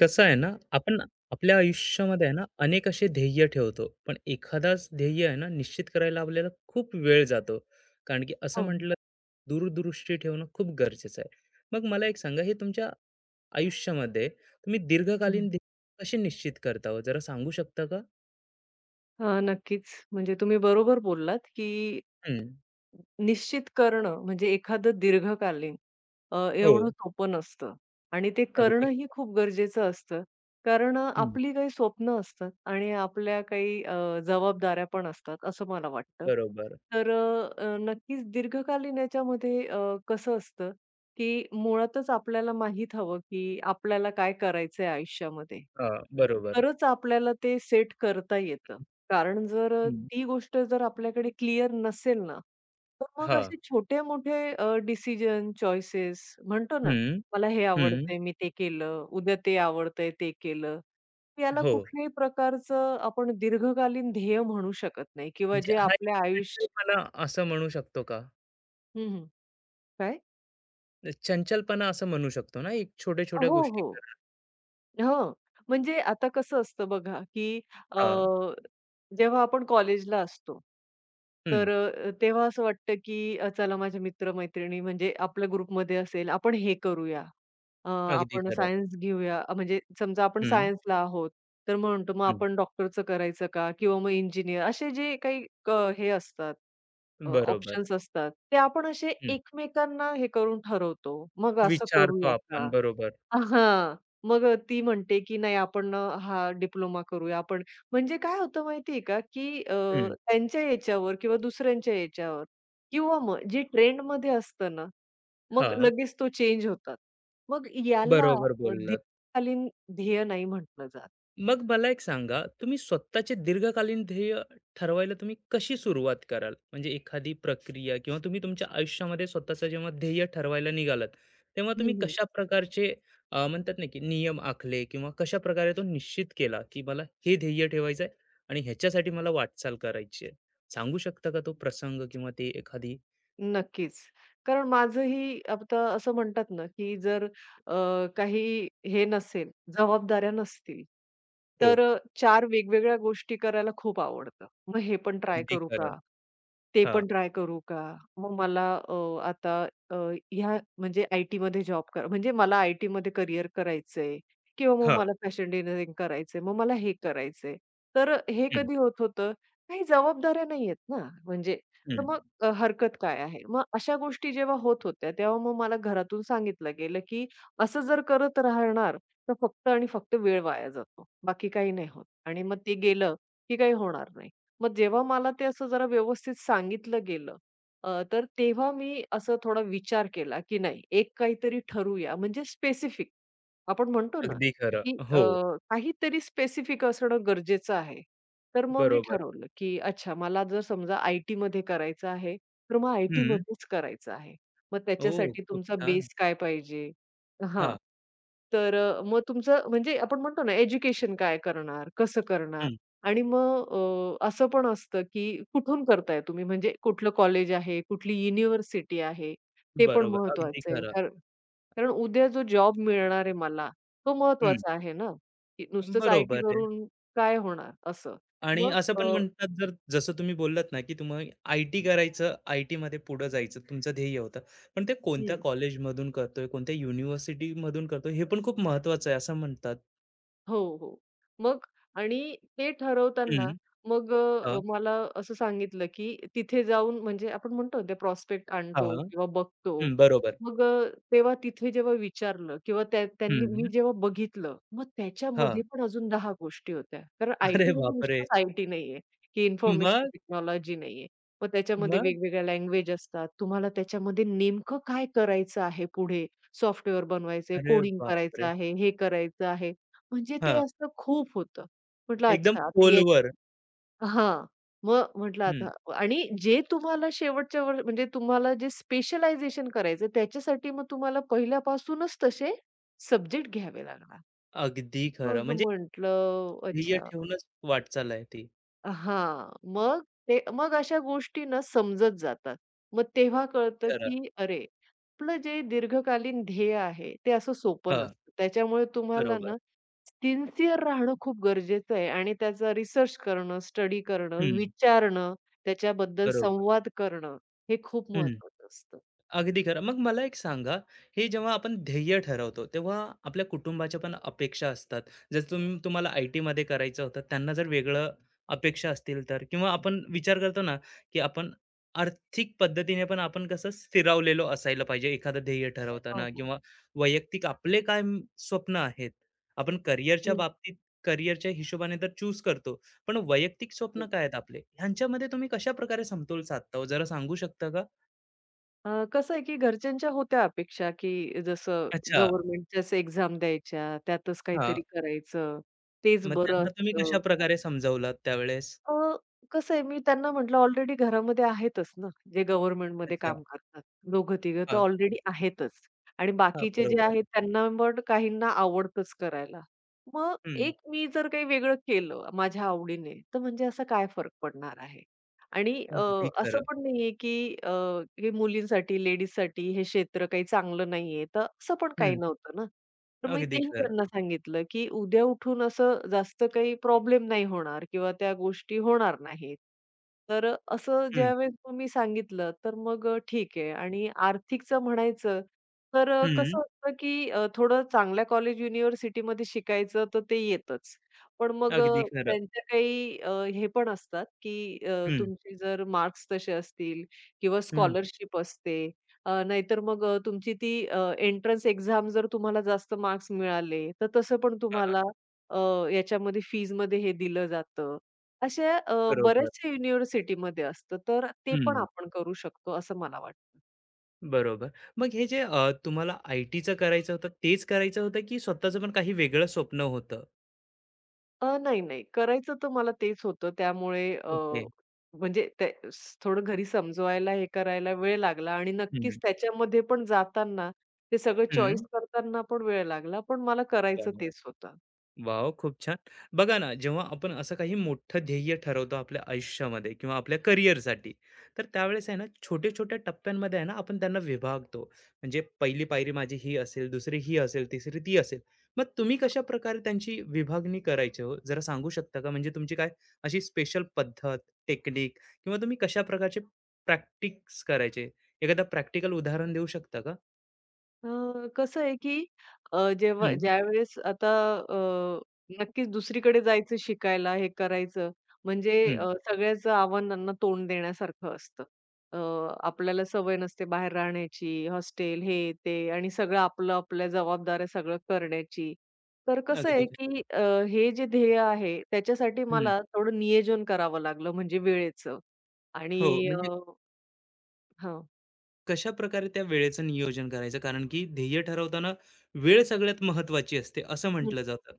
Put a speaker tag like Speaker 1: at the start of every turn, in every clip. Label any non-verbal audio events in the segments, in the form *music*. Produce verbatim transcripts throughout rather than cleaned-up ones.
Speaker 1: कसं आहे ना, आपण आपल्या आयुष्यामध्ये आहे ना, अनेक असे ध्येय ठेवतो. पण एखादाच ध्येय आहे ना, निश्चित करायला आपल्याला खूप वेळ जातो. कारण की असं
Speaker 2: हो.
Speaker 1: म्हटलं, दूरदृष्टी ठेवणं खूप गरजेचं आहे. मग मला एक सांगा, हे तुमच्या आयुष्यामध्ये तुम्ही
Speaker 2: हं, हं.
Speaker 1: दीर्घकालीन ध्येय कसे निश्चित करता हो? जरा सांगू शकता का?
Speaker 2: नक्कीच. म्हणजे तुम्ही बरोबर बोललात, की
Speaker 1: हं.
Speaker 2: निश्चित करणं म्हणजे एखादं दीर्घकालीन अ,
Speaker 1: हो.
Speaker 2: एवढं सोपं नसतं आणि ते
Speaker 1: अगदी
Speaker 2: करणंही
Speaker 1: खरं.
Speaker 2: खूप गरजेचं असतं. कारण अ,
Speaker 1: हं.
Speaker 2: आपली काही स्वप्न असतात आणि आपल्या काही अ, जबाबदाऱ्या पण असतात असं मला वाटतं.
Speaker 1: बरोबर.
Speaker 2: तर अ, अ, नक्कीच दीर्घकालीन याच्यामध्ये अ, कसं असतं, की मुळातच आपल्याला माहीत हवं, की आपल्याला काय करायचंय आयुष्यामध्ये.
Speaker 1: हां, बरोबर.
Speaker 2: खरंच आपल्याला ते सेट करता येतं. कारण जर अ,
Speaker 1: हं.
Speaker 2: ती गोष्ट जर आपल्याकडे क्लिअर नसेल ना, तर मग
Speaker 1: हां.
Speaker 2: असे छोटे-मोठे अ, डिसिजन, चॉईसेस म्हणतो ना,
Speaker 1: हं,
Speaker 2: मला हे
Speaker 1: हं.
Speaker 2: आवडतंय, मी ते केलं, उद्या ते आवडतंय, ते केलं. याला
Speaker 1: हो.
Speaker 2: कुठल्याही प्रकारचं आपण दीर्घकालीन ध्येय म्हणू शकत नाही किंवा
Speaker 1: म्हणजे
Speaker 2: जे
Speaker 1: हा एक
Speaker 2: आपल्या
Speaker 1: त्यांचं
Speaker 2: आयुष्य.
Speaker 1: मला असं म्हणू शकतो का?
Speaker 2: हं, हं. काय?
Speaker 1: चंचलपणा असं म्हणू शकतो ना, एक छोट्या-छोट्या
Speaker 2: हो,
Speaker 1: गोष्टी
Speaker 2: हो.
Speaker 1: करणं.
Speaker 2: हो. म्हणजे आता कसं असतं बघा, की अ,
Speaker 1: हां.
Speaker 2: जेव्हा आपण कॉलेजला असतो,
Speaker 1: हं.
Speaker 2: तर अ, तेव्हा असं वाटतं, की अ, चला माझे मित्र-मैत्रिणी म्हणजे आपल्या ग्रुपमध्ये असेल, आपण हे करूया. अ,
Speaker 1: अगदी
Speaker 2: आपण
Speaker 1: खरं.
Speaker 2: सायन्स घेऊया. अ, म्हणजे समजा आपण
Speaker 1: हं,
Speaker 2: सायन्सला आहोत, तर म्हणतो मग
Speaker 1: हं.
Speaker 2: आपण डॉक्टरचं करायचं का? किंवा मग इंजिनिअर असे जे काही क हे असतात,
Speaker 1: बरोबर.
Speaker 2: ऑप्शन्स असतात, ते आपण असे
Speaker 1: हं.
Speaker 2: एकमेकांना हे करून ठरवतो. मग असं
Speaker 1: विचारतो
Speaker 2: करूया
Speaker 1: आपण.
Speaker 2: का?
Speaker 1: बरोबर.
Speaker 2: हां. मग ती म्हणते, की नाही आपण अ, हा डिप्लोमा करूया आपण. म्हणजे काय होतं माहिती आहे का, की अ,
Speaker 1: हं.
Speaker 2: त्यांच्या याच्यावर किंवा दुसऱ्यांच्या याच्यावर किंवा मग जे ट्रेंडमध्ये असतं ना, मग
Speaker 1: हां.
Speaker 2: लगेच तो चेंज होतात. मग याला
Speaker 1: बरोबर
Speaker 2: अ,
Speaker 1: बोललात.
Speaker 2: दीर्घकालीन ध्येय नाही म्हटलं जात.
Speaker 1: मग मला एक सांगा, तुम्ही स्वतःचे दीर्घकालीन ध्येय ठरवायला तुम्ही कशी सुरुवात कराल? म्हणजे एखादी प्रक्रिया किंवा तुम्ही तुमच्या आयुष्यामध्ये स्वतःचं जेव्हा ध्येय ठरवायला निघालात, तेव्हा तुम्ही कशा प्रकारचे अ, म्हणतात ना, की नियम आखले किंवा कशाप्रकारे तो निश्चित केला, की मला हे ध्येय ठेवायचं आहे आणि ह्याच्यासाठी मला वाटचाल करायची आहे? सांगू शकता का तो प्रसंग किंवा ते एखादी.
Speaker 2: नक्कीच. कारण माझंही आता असं म्हणतात ना, की जर अ, काही हे नसेल, जबाबदाऱ्या नसतील,
Speaker 1: हो.
Speaker 2: तर अ, चार वेगवेगळ्या गोष्टी करायला खूप आवडतं. मग हे पण ट्राय
Speaker 1: अगदी
Speaker 2: करू
Speaker 1: खरं.
Speaker 2: का? ते
Speaker 1: हां,
Speaker 2: पण ट्राय करू का? मग मला अ, आता अ, ह्या म्हणजे आय-टीमध्ये जॉब कर म्हणजे मला आय-टीमध्ये करियर करायचंय किंवा मग
Speaker 1: हां.
Speaker 2: मला फॅशन डिझायनिंग करायचंय, मग मला हे करायचंय. तर अ, हे
Speaker 1: हं,
Speaker 2: कधी होत होतं? काही जबाबदाऱ्या नाहीयेत ना, म्हणजे तर
Speaker 1: हं.
Speaker 2: मग अ, हरकत काय आहे? मग अशा गोष्टी जेव्हा होत होत्या, तेव्हा मग मला घरातून सांगितलं गेलं, की असं जर करत राहणार, तर फक्त आणि फक्त वेळ वाया जातो. बाकी काही नाही होत आणि मग ते गेलं, की काही होणार नाही. मग जेव्हा मला ते असं जरा व्यवस्थित सांगितलं गेलं, अ, तर तेव्हा मी असं थोडा विचार केला, की नाही एक काहीतरी ठरवूया म्हणजे स्पेसिफिक. आपण म्हणतो ना,
Speaker 1: अगदी खरं.
Speaker 2: की अ,
Speaker 1: हो,
Speaker 2: काहीतरी स्पेसिफिक असणं गरजेचं आहे. तर मग मी
Speaker 1: बरोबर.
Speaker 2: ठरवलं, की अच्छा मला जर समजा आय-टीमध्ये करायचं आहे, तर मग
Speaker 1: हं.
Speaker 2: आय-टीमध्येच करायचं आहे. मग
Speaker 1: ओह!
Speaker 2: त्याच्यासाठी
Speaker 1: खूप
Speaker 2: तुमचा
Speaker 1: छान.
Speaker 2: बेस काय पाहिजे? हां,
Speaker 1: हां.
Speaker 2: तर अ, मग तुमचं म्हणजे आपण म्हणतो ना एज्युकेशन काय करणार? कसं करणार?
Speaker 1: हं,
Speaker 2: आणि मग अ, असं पण असतं, की कुठून करताय तुम्ही म्हणजे कुठलं कॉलेज आहे, कुठली युनिव्हर्सिटी आहे, ते पण
Speaker 1: बरोबर. अगदी
Speaker 2: महत्वाचं आहे.
Speaker 1: खरं.
Speaker 2: कारण कारण उद्या जो जॉब मिळणार आहे मला, तो
Speaker 1: हं,
Speaker 2: महत्त्वाचा आहे ना, की नुसतंच
Speaker 1: बरोबर
Speaker 2: आय-टी
Speaker 1: आहे.
Speaker 2: करून काय होणार असं.
Speaker 1: आणि
Speaker 2: मग
Speaker 1: असं पण
Speaker 2: अ,
Speaker 1: म्हणतात, जर जसं तुम्ही बोललात ना, की तुम्ही आय-टी करायचं, आय-टीमध्ये पुढे जायचं तुमचं ध्येय होतं. पण ते कोणत्या
Speaker 2: हं.
Speaker 1: कॉलेजमधून करतोय, कोणत्या युनिव्हर्सिटीमधून करतोय, हे पण खूप महत्त्वाचं आहे असं म्हणतात.
Speaker 2: हो, हो. मग आणि ते
Speaker 1: हं,
Speaker 2: ठरवताना मग
Speaker 1: हां,
Speaker 2: अ, मला असं सांगितलं, की तिथे जाऊन म्हणजे आपण म्हणतो ना ते प्रॉस्पेक्ट
Speaker 1: हां,
Speaker 2: आणतो किंवा बघतो.
Speaker 1: हं, बरोबर.
Speaker 2: मग अ, तेव्हा तिथे जेव्हा विचारलं किंवा त्या त्यांनी मी
Speaker 1: हं,
Speaker 2: जेव्हा बघितलं, मग
Speaker 1: हां.
Speaker 2: त्याच्यामध्ये पण अजून दहा गोष्टी होत्या. कारण
Speaker 1: अरे
Speaker 2: आय-टी म्हणजे
Speaker 1: बापरे!
Speaker 2: नुसतंच आय-टी नाहीये, की इन्फॉर्मेशन
Speaker 1: मग?
Speaker 2: टेक्नॉलॉजी नाहीये. मग त्याच्यामध्ये
Speaker 1: मग?
Speaker 2: वेगवेगळ्या लँग्वेज असतात. तुम्हाला त्याच्यामध्ये नेमकं काय करायचं आहे पुढे? सॉफ्टवेअर बनवायचंय,
Speaker 1: अरे
Speaker 2: कोडिंग करायचं
Speaker 1: बापरे!
Speaker 2: आहे, हे करायचं आहे. म्हणजे ते
Speaker 1: हां,
Speaker 2: असं खूप होतं. म्हटलं
Speaker 1: एकदम
Speaker 2: अच्छा आता ये.
Speaker 1: खोलवर.
Speaker 2: हां. मग म्हटलं
Speaker 1: हं,
Speaker 2: आता आणि जे तुम्हाला शेवटच्या वर म्हणजे तुम्हाला जे स्पेशलायझेशन करायचं त्याच्यासाठी मग तुम्हाला पहिल्यापासूनच तसे सब्जेक्ट घ्यावे लागणार.
Speaker 1: अगदी खरं.
Speaker 2: मग
Speaker 1: म्हणजे
Speaker 2: म्हटलं
Speaker 1: ध्येय
Speaker 2: अच्छा.
Speaker 1: ठेवूनच वाटचाल आहे ती.
Speaker 2: हां. मग ते मग अशा गोष्टी ना समजत जातात. मग तेव्हा कळतं,
Speaker 1: खरं.
Speaker 2: की अरे, आपलं जे दीर्घकालीन ध्येय आहे, ते असं सोपं
Speaker 1: हां,
Speaker 2: नसतं. त्याच्यामुळे तुम्हाला
Speaker 1: बरोबर.
Speaker 2: ना सिन्सिअर राहणं खूप गरजेचं आहे आणि त्याचा रिसर्च करणं, स्टडी करणं,
Speaker 1: हं.
Speaker 2: विचारणं, त्याच्याबद्दल
Speaker 1: बरोबर.
Speaker 2: संवाद करणं, हे खूप
Speaker 1: हं.
Speaker 2: महत्त्वाचं असतं.
Speaker 1: अगदी खरं. मग मला एक सांगा, हे जेव्हा आपण ध्येय ठरवतो, तेव्हा आपल्या कुटुंबाच्या पण अपेक्षा असतात. जर तुम तुम्हाला आय-टीमध्ये करायचं होतं, त्यांना जर वेगळं अपेक्षा असतील तर किंवा आपण विचार करतो ना, की आपण आर्थिक पद्धतीने पण आपण कसं स्थिरावलेलो असायला पाहिजे एखादं ध्येय
Speaker 2: हो,
Speaker 1: ठरवताना
Speaker 2: हो.
Speaker 1: किंवा वैयक्तिक आपले काय म स्वप्न आहेत. आपण करिअरच्या
Speaker 2: हं.
Speaker 1: बाबतीत करिअरच्या हिशोबाने तर चूज करतो. पण वैयक्तिक स्वप्न
Speaker 2: हो.
Speaker 1: काय आहेत आपले? ह्यांच्यामध्ये तुम्ही कशाप्रकारे समतोल साधता हो? जरा सांगू शकता.
Speaker 2: अ, कसं आहे, की घरच्यांच्या होत्या अपेक्षा, की जसं
Speaker 1: अच्छा.
Speaker 2: गव्हर्नमेंटच्याच एक्झाम द्यायच्या, त्यातच
Speaker 1: हां.
Speaker 2: काहीतरी करायचं, तेच
Speaker 1: मग
Speaker 2: बरं
Speaker 1: त्यांना तुम्ही
Speaker 2: असतं.
Speaker 1: कशाप्रकारे समजावलात त्यावेळेस?
Speaker 2: अ, कसं आहे, मी त्यांना म्हटलं ऑलरेडी घरामध्ये आहेतच ना, जे गव्हर्नमेंटमध्ये
Speaker 1: अच्छा.
Speaker 2: काम करतात. दोघं-तिघं तर
Speaker 1: हां,
Speaker 2: ऑलरेडी आहेतच आणि
Speaker 1: हां.
Speaker 2: बाकीचे जे
Speaker 1: बरोबर.
Speaker 2: आहेत त्यांना पण काहींना आवडतंच करायला. मग
Speaker 1: हं.
Speaker 2: एक मी जर काही वेगळं केलं माझ्या आवडीने, तर म्हणजे असा काय फरक पडणार आहे? आणि अ,
Speaker 1: अगदी
Speaker 2: असं
Speaker 1: खरं.
Speaker 2: पण नाहीये, की अ, हे मुलींसाठी, लेडीजसाठी हे क्षेत्र काही चांगलं नाहीये, तर असं पण काही
Speaker 1: हं.
Speaker 2: नव्हतं ना. तर मी
Speaker 1: अगदी
Speaker 2: तेही
Speaker 1: खरं.
Speaker 2: त्यांना सांगितलं, की उद्या उठून असं जास्त काही प्रॉब्लेम नाही होणार किंवा त्या गोष्टी होणार नाहीत. तर अ, असं
Speaker 1: हं,
Speaker 2: ज्यावेळेस तुम्ही सांगितलं, तर मग अ, ठीक आहे आणि आर्थिकचं म्हणायचं, तर अ,
Speaker 1: हं.
Speaker 2: कसं असतं, की अ, थोडं चांगल्या कॉलेज, युनिव्हर्सिटीमध्ये शिकायचं तर ते येतच. पण मग अ,
Speaker 1: अगदी खरं.
Speaker 2: त्यांच्या काही अ, हे पण असतात, की अ,
Speaker 1: हं,
Speaker 2: तुमचे जर मार्क्स तसे असतील किंवा
Speaker 1: हं.
Speaker 2: स्कॉलरशिप असते. अ, नाहीतर मग अ, तुमची ती अ, एंट्रन्स एक्झाम जर तुम्हाला जास्त मार्क्स मिळाले, तर तसं पण
Speaker 1: हां.
Speaker 2: तुम्हाला अ, याच्यामध्ये फीजमध्ये हे दिलं जातं. अशा अ,
Speaker 1: बरोबर.
Speaker 2: बऱ्याचशा युनिव्हर्सिटीमध्ये असतं, तर ते पण
Speaker 1: हं.
Speaker 2: आपण करू शकतो असं मला वाटतं.
Speaker 1: बरोबर. मग हे जे अ, तुम्हाला आय-टीचं करायचं होतं, तेच करायचं होतं की स्वतःचं पण काही वेगळं स्वप्न होतं?
Speaker 2: अ, नाही, नाही. करायचं तर मला तेच होतं त्यामुळे अ,
Speaker 1: ओके.
Speaker 2: म्हणजे ते स थोडं घरी समजवायला हे करायला वेळ लागला आणि नक्कीच
Speaker 1: हं,
Speaker 2: त्याच्यामध्ये पण जाताना ते सगळं चॉईस
Speaker 1: हं.
Speaker 2: करताना पण वेळ लागला, पण मला करायचं तेच होतं.
Speaker 1: वाव! खूप छान. बघा ना, जेव्हा आपण असं काही मोठं ध्येय ठरवतो आपल्या आयुष्यामध्ये किंवा आपल्या करिअरसाठी, तर त्यावेळेस आहे ना, छोट्या-छोट्या टप्प्यांमध्ये आहे ना, आपण त्यांना विभागतो. म्हणजे पहिली पायरी माझी ही असेल, दुसरी ही असेल, तिसरी ती असेल. मग तुम्ही कशाप्रकारे त्यांची विभागणी करायची हो? जरा सांगू शकता का? म्हणजे तुमची काय अशी स्पेशल पद्धत, टेक्निक किंवा तुम्ही कशा प्रकारचे प्रॅक्टिस करायचे? एखादं प्रॅक्टिकल उदाहरण देऊ शकता का?
Speaker 2: अ, कसं आहे, की अ, जेव्हा
Speaker 1: हं,
Speaker 2: ज्यावेळेस आता अ, नक्कीच दुसरीकडे जायचं शिकायला, हे करायचं म्हणजे
Speaker 1: हं.
Speaker 2: अ, सगळ्याच आव्हानांना तोंड देण्यासारखं असतं. अ, आपल्याला सवय नसते बाहेर राहण्याची, हॉस्टेल, हे, ते आणि सगळं आपलं, आपल्या जबाबदाऱ्या सगळं करण्याची. तर कसं
Speaker 1: अगदी.
Speaker 2: आहे, की अ, हे जे ध्येय आहे, त्याच्यासाठी
Speaker 1: हं.
Speaker 2: मला थोडं नियोजन करावं लागलं म्हणजे वेळेचं आणि
Speaker 1: हो, म्हणजे
Speaker 2: अ, हां.
Speaker 1: कशाप्रकारे त्या वेळेचं नियोजन करायचं? कारण की ध्येय ठरवताना वेळ सगळ्यात महत्त्वाची असते, असं म्हटलं जातं.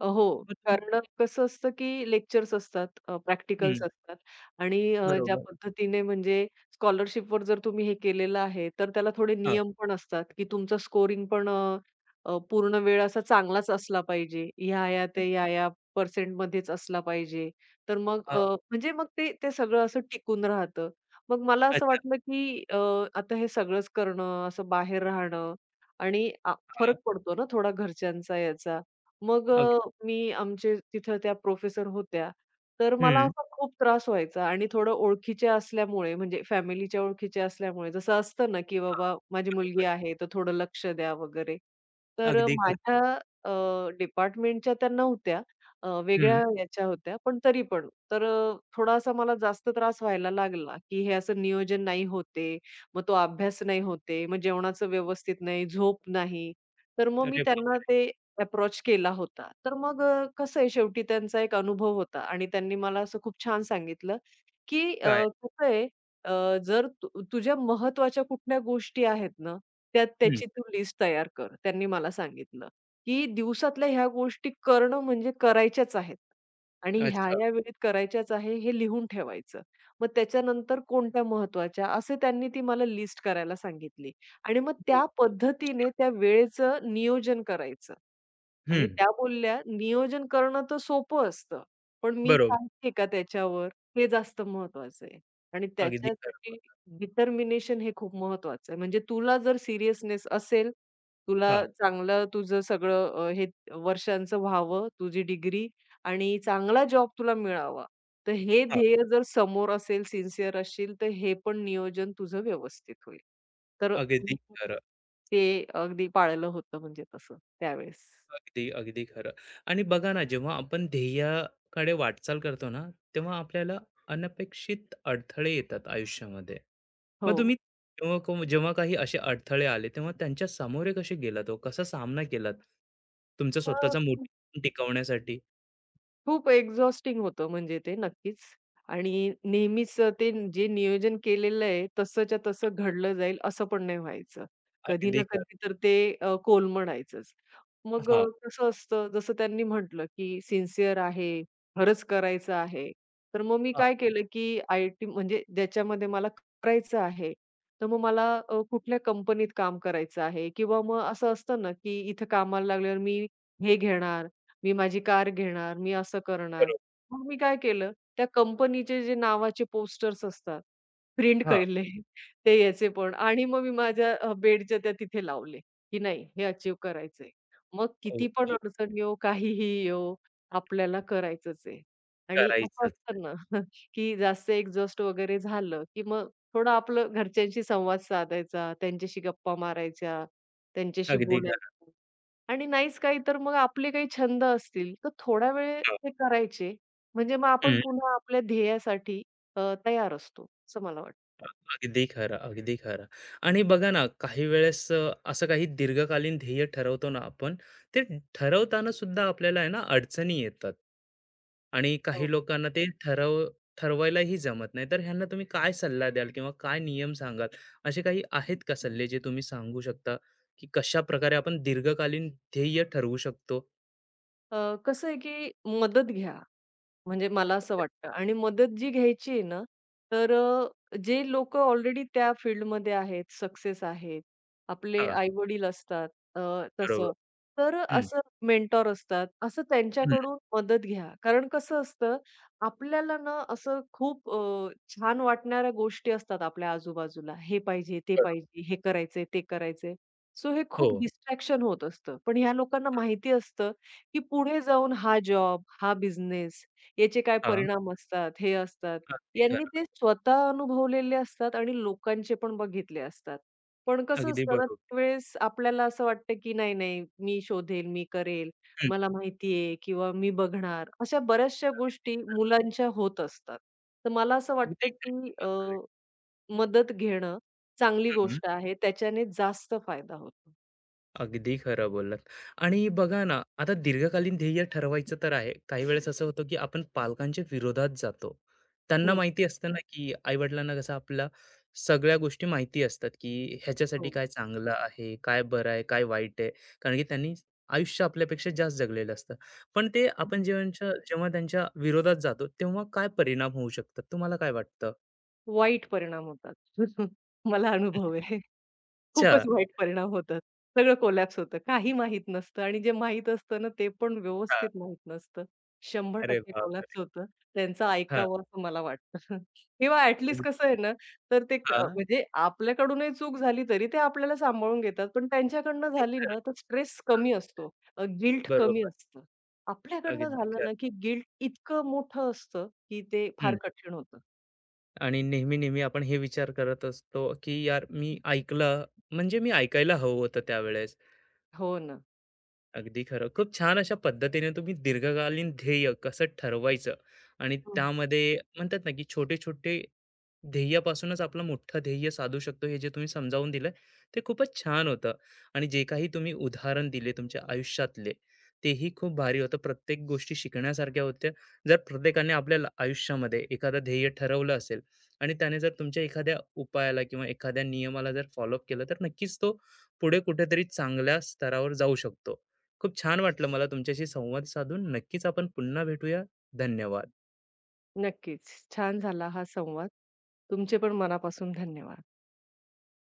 Speaker 2: अ, हो.
Speaker 1: मग तुम
Speaker 2: कारण कसं असतं, की लेक्चर्स असतात, अ, प्रॅक्टिकल्स
Speaker 1: हं,
Speaker 2: असतात आणि अ, ज्या
Speaker 1: बरोबर.
Speaker 2: पद्धतीने म्हणजे स्कॉलरशिपवर जर तुम्ही हे केलेलं आहे, तर त्याला थोडे
Speaker 1: हां.
Speaker 2: नियम पण असतात, की तुमचं स्कोरिंग पण अ, अ, पूर्ण वेळ असा चांगलाच असला पाहिजे. ह्या-ह्या ते ह्या-ह्या पर्सेंटमध्येच असला पाहिजे. तर मग
Speaker 1: अ,
Speaker 2: अ, म्हणजे मग ते ते सगळं असं टिकून राहतं. मग मला असं
Speaker 1: अच्छा.
Speaker 2: वाटलं, की अ, आता हे सगळंच करणं, असं बाहेर राहणं आणि आ
Speaker 1: हां.
Speaker 2: फरक पडतो ना थोडा घरच्यांचा याचा. मग
Speaker 1: अगदी.
Speaker 2: अ, मी आमचे तिथं त्या प्रोफेसर होत्या. तर मला
Speaker 1: हं.
Speaker 2: असा खूप त्रास व्हायचा आणि थोडं ओळखीच्या असल्यामुळे म्हणजे फॅमिलीच्या ओळखीच्या असल्यामुळे जसं असतं ना, की
Speaker 1: हां,
Speaker 2: बाबा माझी
Speaker 1: बरोबर.
Speaker 2: मुलगी आहे, तर थोडं लक्ष द्या वगैरे. तर अ,
Speaker 1: अगदी खरं.
Speaker 2: माझ्या अ, डिपार्टमेंटच्या त्या नव्हत्या. अ, वेगळ्या
Speaker 1: हं.
Speaker 2: याच्या होत्या, पण तरी पण. तर अ, थोडासा मला जास्त त्रास व्हायला लागला, की हे असं नियोजन नाही होते, मग तो अभ्यास नाही होते, मग जेवणाचं व्यवस्थित नाही, झोप नाही. तर मग मी
Speaker 1: अरे
Speaker 2: त्यांना
Speaker 1: बाप!
Speaker 2: ते अप्रोच केला होता. तर मग अ, कसं आहे शेवटी त्यांचा एक अनुभव होता आणि त्यांनी मला असं खूप छान सांगितलं, की अ,
Speaker 1: काय?
Speaker 2: कसं आहे अ, जर तु तुझ्या महत्त्वाच्या कुठल्या गोष्टी आहेत ना, त्या
Speaker 1: हं.
Speaker 2: त्याची तू लिस्ट तयार कर. त्यांनी मला सांगितलं, की दिवसातल्या ह्या गोष्टी करणं म्हणजे करायच्याच आहेत आणि
Speaker 1: अच्छा.
Speaker 2: ह्या-ह्या वेळेत करायच्याच आहे हे लिहून ठेवायचं. मग त्याच्यानंतर कोणत्या महत्त्वाच्या असे त्यांनी ती मला लिस्ट करायला सांगितली. आणि मग त्या पद्धतीने त्या वेळेचं नियोजन करायचं. आणि
Speaker 1: हं.
Speaker 2: त्या बोलल्या, "नियोजन करणं तर सोपं असतं, पण मी
Speaker 1: बरोबर.
Speaker 2: चालते का त्याच्यावर? हे जास्त महत्वाचं आहे." आणि
Speaker 1: अगदी खरं.
Speaker 2: त्याच्यासाठी डिटर्मिनेशन हे खूप महत्वाचं आहे. म्हणजे तुला जर सीरियसनेस असेल, तुला
Speaker 1: हां,
Speaker 2: चांगलं तुझं सगळं अ, हे वर्षांचं व्हावं, तुझी डिग्री आणि चांगला जॉब तुला मिळावा. तर हे
Speaker 1: हां.
Speaker 2: ध्येय जर समोर असेल, सिन्सिअर असशील, तर हे पण नियोजन तुझं व्यवस्थित होईल. तर
Speaker 1: अगदी
Speaker 2: आणि
Speaker 1: खरं.
Speaker 2: ते अगदी पाळलं होतं म्हणजे तसं त्यावेळेस.
Speaker 1: अगदी, अगदी खरं. आणि बघा ना, जेव्हा आपण ध्येयाकडे वाटचाल करतो ना, तेव्हा आपल्याला अनपेक्षित अडथळे येतात आयुष्यामध्ये.
Speaker 2: हो.
Speaker 1: मग तुम्ही तेव्हा को जेव्हा काही असे अडथळे आले, तेव्हा त्यांच्या सामोरे कसे गेलात हो? कसा सामना केलात? तुमचा स्वतःचा
Speaker 2: मग
Speaker 1: मोटिव्हेशन टिकवण्यासाठी?
Speaker 2: खूप एक्झॉस्टिंग होतं म्हणजे ते नक्कीच. आणि नेहमीच ते जे नियोजन केलेलं आहे, तसंच्या तसं घडलं जाईल असं पण नाही व्हायचं. कधी
Speaker 1: अगदी
Speaker 2: ना
Speaker 1: खरं.
Speaker 2: कधी तर ते अ, कोलमडायचंच. मग अ,
Speaker 1: हां,
Speaker 2: कसं असतं जसं त्यांनी म्हटलं, की सिन्सिअर आहे, खरंच करायचं आहे. तर मग मी
Speaker 1: हां,
Speaker 2: काय केलं, की आय-टी म्हणजे ज्याच्यामध्ये मला करायचं आहे, तर मग मला अ, कुठल्या कंपनीत काम करायचं आहे किंवा मग असं असतं ना, की इथं कामाला लागल्यावर मी हे घेणार, मी माझी कार घेणार, मी असं करणार.
Speaker 1: बरोबर.
Speaker 2: मग मी काय केलं, त्या कंपनीचे जे नावाचे पोस्टर्स असतात, प्रिंट
Speaker 1: हां,
Speaker 2: केले ते याचे पण आणि मग मी माझ्या अ, बेडच्या त्या तिथे लावले, की नाही हे अचीव्ह करायचंय. मग
Speaker 1: हो,
Speaker 2: किती पण
Speaker 1: हो,
Speaker 2: अडचण येवो, काहीही येवो, आपल्याला करायचंच आहे. आणि असं
Speaker 1: करायचंच.
Speaker 2: असतं ना, *laughs* की जास्त एक्झॉस्ट वगैरे झालं, की मग थोडं आपलं घरच्यांशी संवाद साधायचा, त्यांच्याशी गप्पा मारायच्या, त्यांच्याशी
Speaker 1: अगदी खरं.
Speaker 2: बोलायचं. आणि नाहीच काही तर मग आपले काही छंद असतील, तर थोडा वेळ
Speaker 1: हां,
Speaker 2: ते करायचे. म्हणजे मग आपण पुन्हा आपल्या ध्येयासाठी अ, तयार असतो, असं मला वाटतं.
Speaker 1: अगदी खरं, अगदी खरं. आणि बघा ना, काही वेळेस अ, असं काही दीर्घकालीन ध्येय ठरवतो ना आपण, ते ठरवताना सुद्धा आपल्याला आहे ना अडचणी येतात. आणि
Speaker 2: हो.
Speaker 1: काही लोकांना ते ठरव ठरवायलाही जमत नाही. तर ह्यांना तुम्ही काय सल्ला द्याल किंवा काय नियम सांगाल? असे काही आहेत का सल्ले जे तुम्ही सांगू शकता, की कशाप्रकारे आपण दीर्घकालीन ध्येय ठरवू शकतो?
Speaker 2: अ, कसं आहे की मदत घ्या. म्हणजे मला असं वाटतं आणि मदत जी घ्यायची आहे ना, तर अ, जे लोक ऑलरेडी त्या फील्डमध्ये आहेत, सक्सेस आहेत, आपले
Speaker 1: हां,
Speaker 2: आई-वडील असतात अ,
Speaker 1: बरोबर.
Speaker 2: तसं. तर
Speaker 1: हं,
Speaker 2: असं मेंटॉर असतात, असं
Speaker 1: हं.
Speaker 2: त्यांच्याकडून मदत घ्या. कारण कसं असतं, आपल्याला ना असं खूप अ, छान वाटणाऱ्या गोष्टी असतात आपल्या आजूबाजूला. हे पाहिजे, ते
Speaker 1: बरो
Speaker 2: पाहिजे, हे करायचंय, ते करायचंय. सो हे
Speaker 1: हो.
Speaker 2: खूप डिस्ट्रॅक्शन होत असतं. पण ह्या लोकांना माहिती असतं, की पुढे जाऊन हा जॉब, हा बिझनेस याचे काय
Speaker 1: हां,
Speaker 2: परिणाम असतात, हे असतात.
Speaker 1: अगदी
Speaker 2: यांनी
Speaker 1: खरं.
Speaker 2: ते स्वतः अनुभवलेले असतात आणि लोकांचे पण बघितले असतात. पण कसं
Speaker 1: अगदी
Speaker 2: असतं ना,
Speaker 1: बरोबर.
Speaker 2: त्यावेळेस आपल्याला असं वाटतं, की नाही, नाही, मी शोधेल, मी करेल,
Speaker 1: हं.
Speaker 2: मला माहिती आहे किंवा मी बघणार. अशा बऱ्याचशा
Speaker 1: अगदी.
Speaker 2: गोष्टी मुलांच्या होत असतात. तर मला असं वाटतं,
Speaker 1: अगदी खरं
Speaker 2: की अ,
Speaker 1: बोललात तुम्ही.
Speaker 2: मदत घेणं चांगली
Speaker 1: हं,
Speaker 2: गोष्ट आहे. त्याच्याने जास्त फायदा होतो.
Speaker 1: अगदी खरं बोललात. आणि बघा ना, आता दीर्घकालीन ध्येय ठरवायचं तर आहे. काही वेळेस असं होतं, की आपण पालकांच्या विरोधात जातो. त्यांना
Speaker 2: हं,
Speaker 1: माहिती असतं ना, की आई-वडिलांना कसं आपल्या सगळ्या गोष्टी माहिती असतात, की ह्याच्यासाठी
Speaker 2: हो.
Speaker 1: काय चांगलं आहे, काय बरं आहे, काय वाईट आहे. कारण की त्यांनी आयुष्य आपल्यापेक्षा जास्त जगलेलं असतं. पण ते आपण जेव्हाच्या जेव्हा त्यांच्या विरोधात जातो, तेव्हा काय परिणाम होऊ शकतात? तुम्हाला काय वाटतं?
Speaker 2: वाईट परिणाम होतात. *laughs* मला अनुभव
Speaker 1: *laughs*
Speaker 2: आहे. खूपच
Speaker 1: अच्छा.
Speaker 2: वाईट परिणाम होतात. सगळं कोलॅप्स होतं. काही माहीत नसतं आणि जे माहीत असतं ना, ते पण
Speaker 1: हां.
Speaker 2: व्यवस्थित माहीत नसतं.
Speaker 1: अरे
Speaker 2: शंभर टक्के कोलॅप्स
Speaker 1: बापरे!
Speaker 2: होतं. त्यांचं
Speaker 1: हां.
Speaker 2: ऐकावं असं मला वाटतं. *laughs* किंवा ॲट लीस्ट
Speaker 1: अग
Speaker 2: कसं आहे ना, तर ते क
Speaker 1: हां.
Speaker 2: म्हणजे आपल्याकडूनही चूक झाली तरी ते आपल्याला सांभाळून घेतात. पण त्यांच्याकडनं
Speaker 1: अगदी
Speaker 2: झाली ना,
Speaker 1: खरं.
Speaker 2: तर स्ट्रेस कमी असतो. गिल्ट कमी
Speaker 1: बरोबर.
Speaker 2: असतं. आपल्याकडनं
Speaker 1: अगदी
Speaker 2: झालं ना,
Speaker 1: खरं.
Speaker 2: की गिल्ट इतकं मोठं असतं, की ते फार
Speaker 1: हं.
Speaker 2: कठीण होतं.
Speaker 1: आणि नेहमी, नेहमी आपण हे विचार करत असतो, की यार मी ऐकलं म्हणजे मी ऐकायला हवं होतं त्यावेळेस.
Speaker 2: हो ना.
Speaker 1: अगदी खरं. खूप छान अशा पद्धतीने तुम्ही दीर्घकालीन ध्येय कसं ठरवायचं आणि त्यामध्ये म्हणतात ना, की छोटे-छोटे ध्येयापासूनच आपलं मोठं ध्येय साधू शकतो, हे जे तुम्ही समजावून दिलं, ते खूपच छान होतं. आणि जे काही तुम्ही उदाहरण दिले तुमच्या आयुष्यातले, तेही खूप भारी होतं. प्रत्येक गोष्टी शिकण्यासारख्या होत्या. जर प्रत्येकाने आपल्या ल- आयुष्यामध्ये एखादं ध्येय ठरवलं असेल आणि त्याने जर तुमच्या एखाद्या उपायाला किंवा एखाद्या नियमाला जर फॉलो केलं, तर नक्कीच तो पुढे कुठेतरी चांगल्या स्तरावर जाऊ शकतो. खूप छान वाटलं मला तुमच्याशी संवाद साधून नक्कीच आपण पुन्हा भेटूया. धन्यवाद.
Speaker 2: नक्कीच. छान झाला हा संवाद. तुमचे पण मनापासून धन्यवाद.